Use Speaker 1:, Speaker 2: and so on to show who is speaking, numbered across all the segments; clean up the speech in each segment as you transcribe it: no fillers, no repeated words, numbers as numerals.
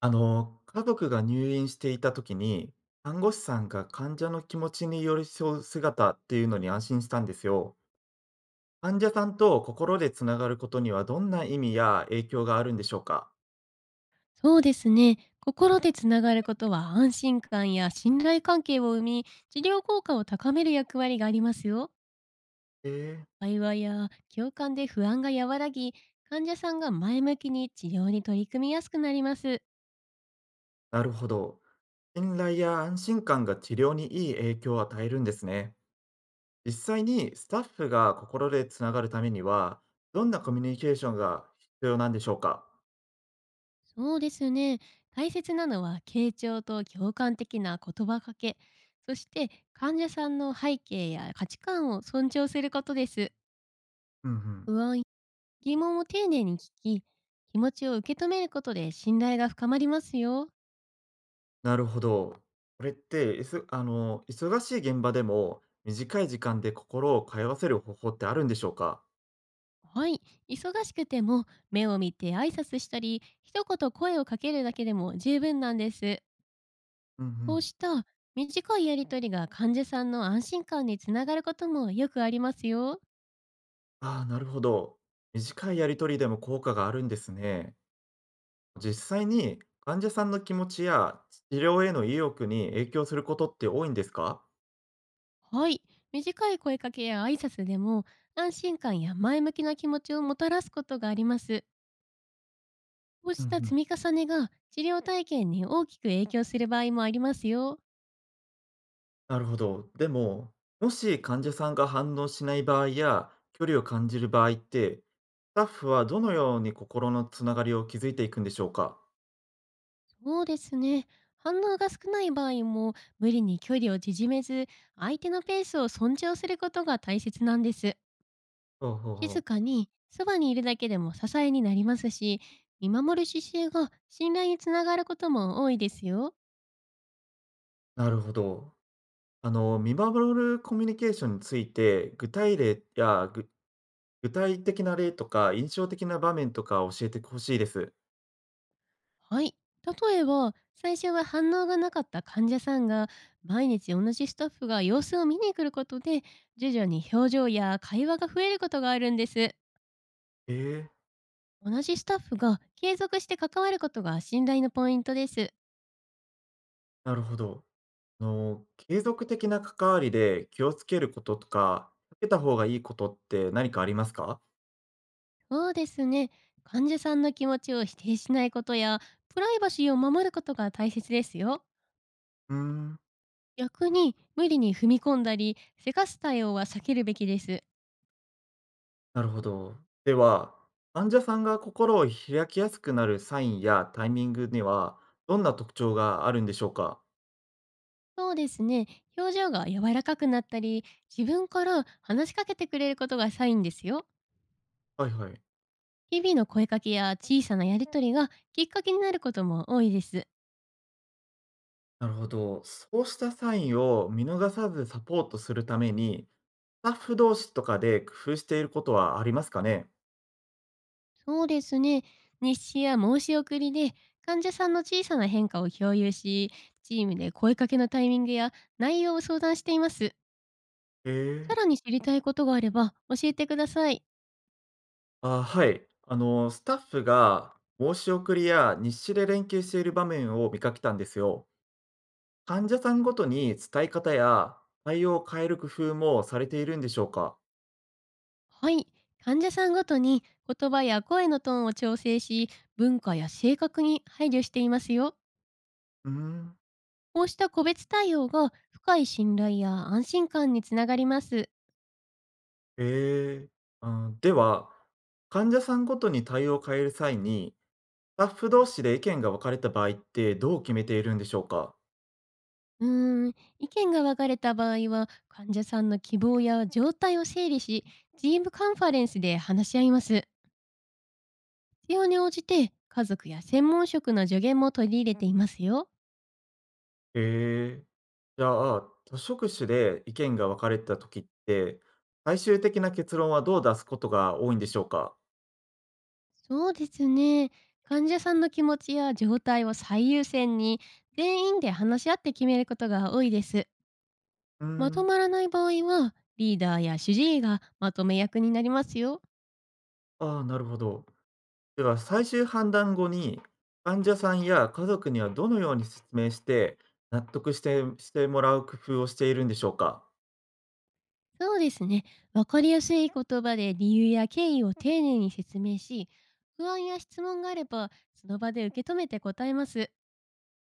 Speaker 1: 家族が入院していた時に、看護師さんが患者の気持ちに寄り添う姿っていうのに安心したんですよ。患者さんと心でつながることにはどんな意味や影響があるんでしょうか？
Speaker 2: そうですね。心でつながることは安心感や信頼関係を生み、治療効果を高める役割がありますよ。
Speaker 1: ええ。
Speaker 2: 会話や共感で不安が和らぎ、患者さんが前向きに治療に取り組みやすくなります。
Speaker 1: なるほど。信頼や安心感が治療にいい影響を与えるんですね。実際にスタッフが心でつながるためには、どんなコミュニケーションが必要なんでしょうか？
Speaker 2: そうですね。大切なのは傾聴と共感的な言葉かけ、そして患者さんの背景や価値観を尊重することです。
Speaker 1: うんうん。
Speaker 2: 不安、疑問を丁寧に聞き、気持ちを受け止めることで信頼が深まりますよ。
Speaker 1: なるほど。これって、いすあの、忙しい現場でも、短い時間で心を通わせる方法ってあるんでしょうか？
Speaker 2: はい。忙しくても目を見て挨拶したり、一言声をかけるだけでも十分なんです。
Speaker 1: うんう
Speaker 2: こう
Speaker 1: ん。
Speaker 2: した短いやりとりが患者さんの安心感につながることもよくありますよ。
Speaker 1: ああ、なるほど。短いやり取りでも効果があるんですね。実際に患者さんの気持ちや治療への意欲に影響することって多いんですか？
Speaker 2: はい。短い声かけや挨拶でも安心感や前向きな気持ちをもたらすことがあります。こう
Speaker 1: う
Speaker 2: し
Speaker 1: ん
Speaker 2: た
Speaker 1: う
Speaker 2: 積
Speaker 1: ん。
Speaker 2: み重ねが治療体験に大きく影響する場合もありますよ。
Speaker 1: なるほど。でも、もし患者さんが反応しない場合や、距離を感じる場合って、スタッフはどのように心のつながりを築いていくんでしょうか？
Speaker 2: そうですね。反応が少ない場合も無理に距離を縮めず、相手のペースを尊重することが大切なんです。
Speaker 1: ほうほうほ
Speaker 2: 静
Speaker 1: う。
Speaker 2: かにそばにいるだけでも支えになりますし、見守る姿勢が信頼につながることも多いですよ。
Speaker 1: なるほど。見守るコミュニケーションについて、具体例や、具体的な例とか、印象的な場面とか教えてほしいです。
Speaker 2: はい。例えば、最初は反応がなかった患者さんが、毎日同じスタッフが様子を見に来ることで、徐々に表情や会話が増えることがあるんです。
Speaker 1: ええ、
Speaker 2: 同じスタッフが継続して関わることが信頼のポイントです。
Speaker 1: なるほど。継続的な関わりで気をつけることとか、避けた方がいいことって何かありますか？
Speaker 2: そうですね。患者さんの気持ちを否定しないことや、プライバシーを守ることが大切ですよ。
Speaker 1: うーん、
Speaker 2: 逆に無理に踏み込んだり、せかす対応は避けるべきです。
Speaker 1: なるほど。では、患者さんが心を開きやすくなるサインやタイミングには、どんな特徴があるんでしょうか？
Speaker 2: そうですね。表情が柔らかくなったり、自分から話しかけてくれることがサインですよ。
Speaker 1: はいはい。
Speaker 2: 日々の声かけや小さなやりとりがきっかけになることも多いです。
Speaker 1: なるほど。そうしたサインを見逃さずサポートするために、スタッフ同士とかで工夫していることはありますかね？
Speaker 2: そうですね。日誌や申し送りで患者さんの小さな変化を共有し、チームで声かけのタイミングや内容を相談しています。
Speaker 1: へえ。
Speaker 2: さらに知りたいことがあれば教えてください。
Speaker 1: あ、はい。スタッフが申し送りや日誌で連携している場面を見かけたんですよ。患者さんごとに伝え方や対応を変える工夫もされているんでしょうか？
Speaker 2: はい。患者さんごとに言葉や声のトーンを調整し、文化や性格に配慮していますよ。
Speaker 1: うーん。
Speaker 2: こうした個別対応が深い信頼や安心感につながります。
Speaker 1: へえ。あ、では、患者さんごとに対応を変える際に、スタッフ同士で意見が分かれた場合ってどう決めているんでしょうか？
Speaker 2: うーん、意見が分かれた場合は、患者さんの希望や状態を整理し、チームカンファレンスで話し合います。必要に応じて、家族や専門職の助言も取り入れていますよ。
Speaker 1: ええ。じゃあ、図書くで意見が分かれた時って、最終的な結論はどう出すことが多いんでしょうか？
Speaker 2: そうですね。患者さんの気持ちや状態を最優先に、全員で話し合って決めることが多いです。
Speaker 1: うー
Speaker 2: まと
Speaker 1: ん、
Speaker 2: まらない場合は、リーダーや主治医がまとめ役になりますよ。
Speaker 1: ああ、なるほど。では、最終判断後に、患者さんや家族にはどのように説明して、納得してもらう工夫をしているんでしょうか？
Speaker 2: そうですね。わかりやすい言葉で理由や経緯を丁寧に説明し、不安や質問があれば、その場で受け止めて答えます。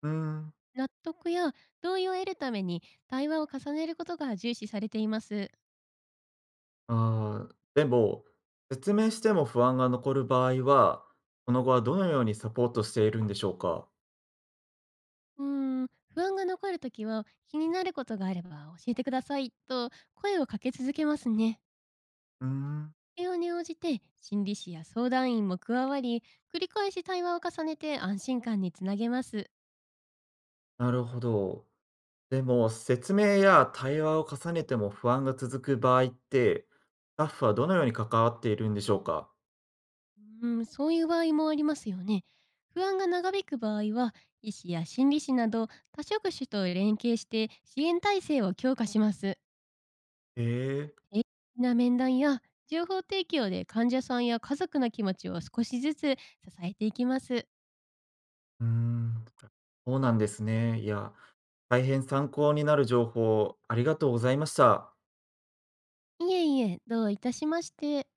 Speaker 1: うーん、
Speaker 2: 納得や同意を得るために対話を重ねることが重視されています。
Speaker 1: ああ、でも、説明しても不安が残る場合は、その後はどのようにサポートしているんでしょうか？
Speaker 2: うーん、不安が残るときは気になることがあれば教えてくださいと声をかけ続けますね。
Speaker 1: うーん、
Speaker 2: 必要に応じて心理師や相談員も加わり、繰り返し対話を重ねて安心感につなげます。
Speaker 1: なるほど。でも、説明や対話を重ねても不安が続く場合って、スタッフはどのように関わっているんでしょうか？
Speaker 2: うん、そういう場合もありますよね。不安が長引く場合は、医師や心理師など多職種と連携して支援体制を強化します。
Speaker 1: ええ。
Speaker 2: 定期的な面談や情報提供で患者さんや家族の気持ちを少しずつ支えていきます。
Speaker 1: うーん、そうなんですね。いや、大変参考になる情報、ありがとうございました。
Speaker 2: いえいえ、どういたしまして。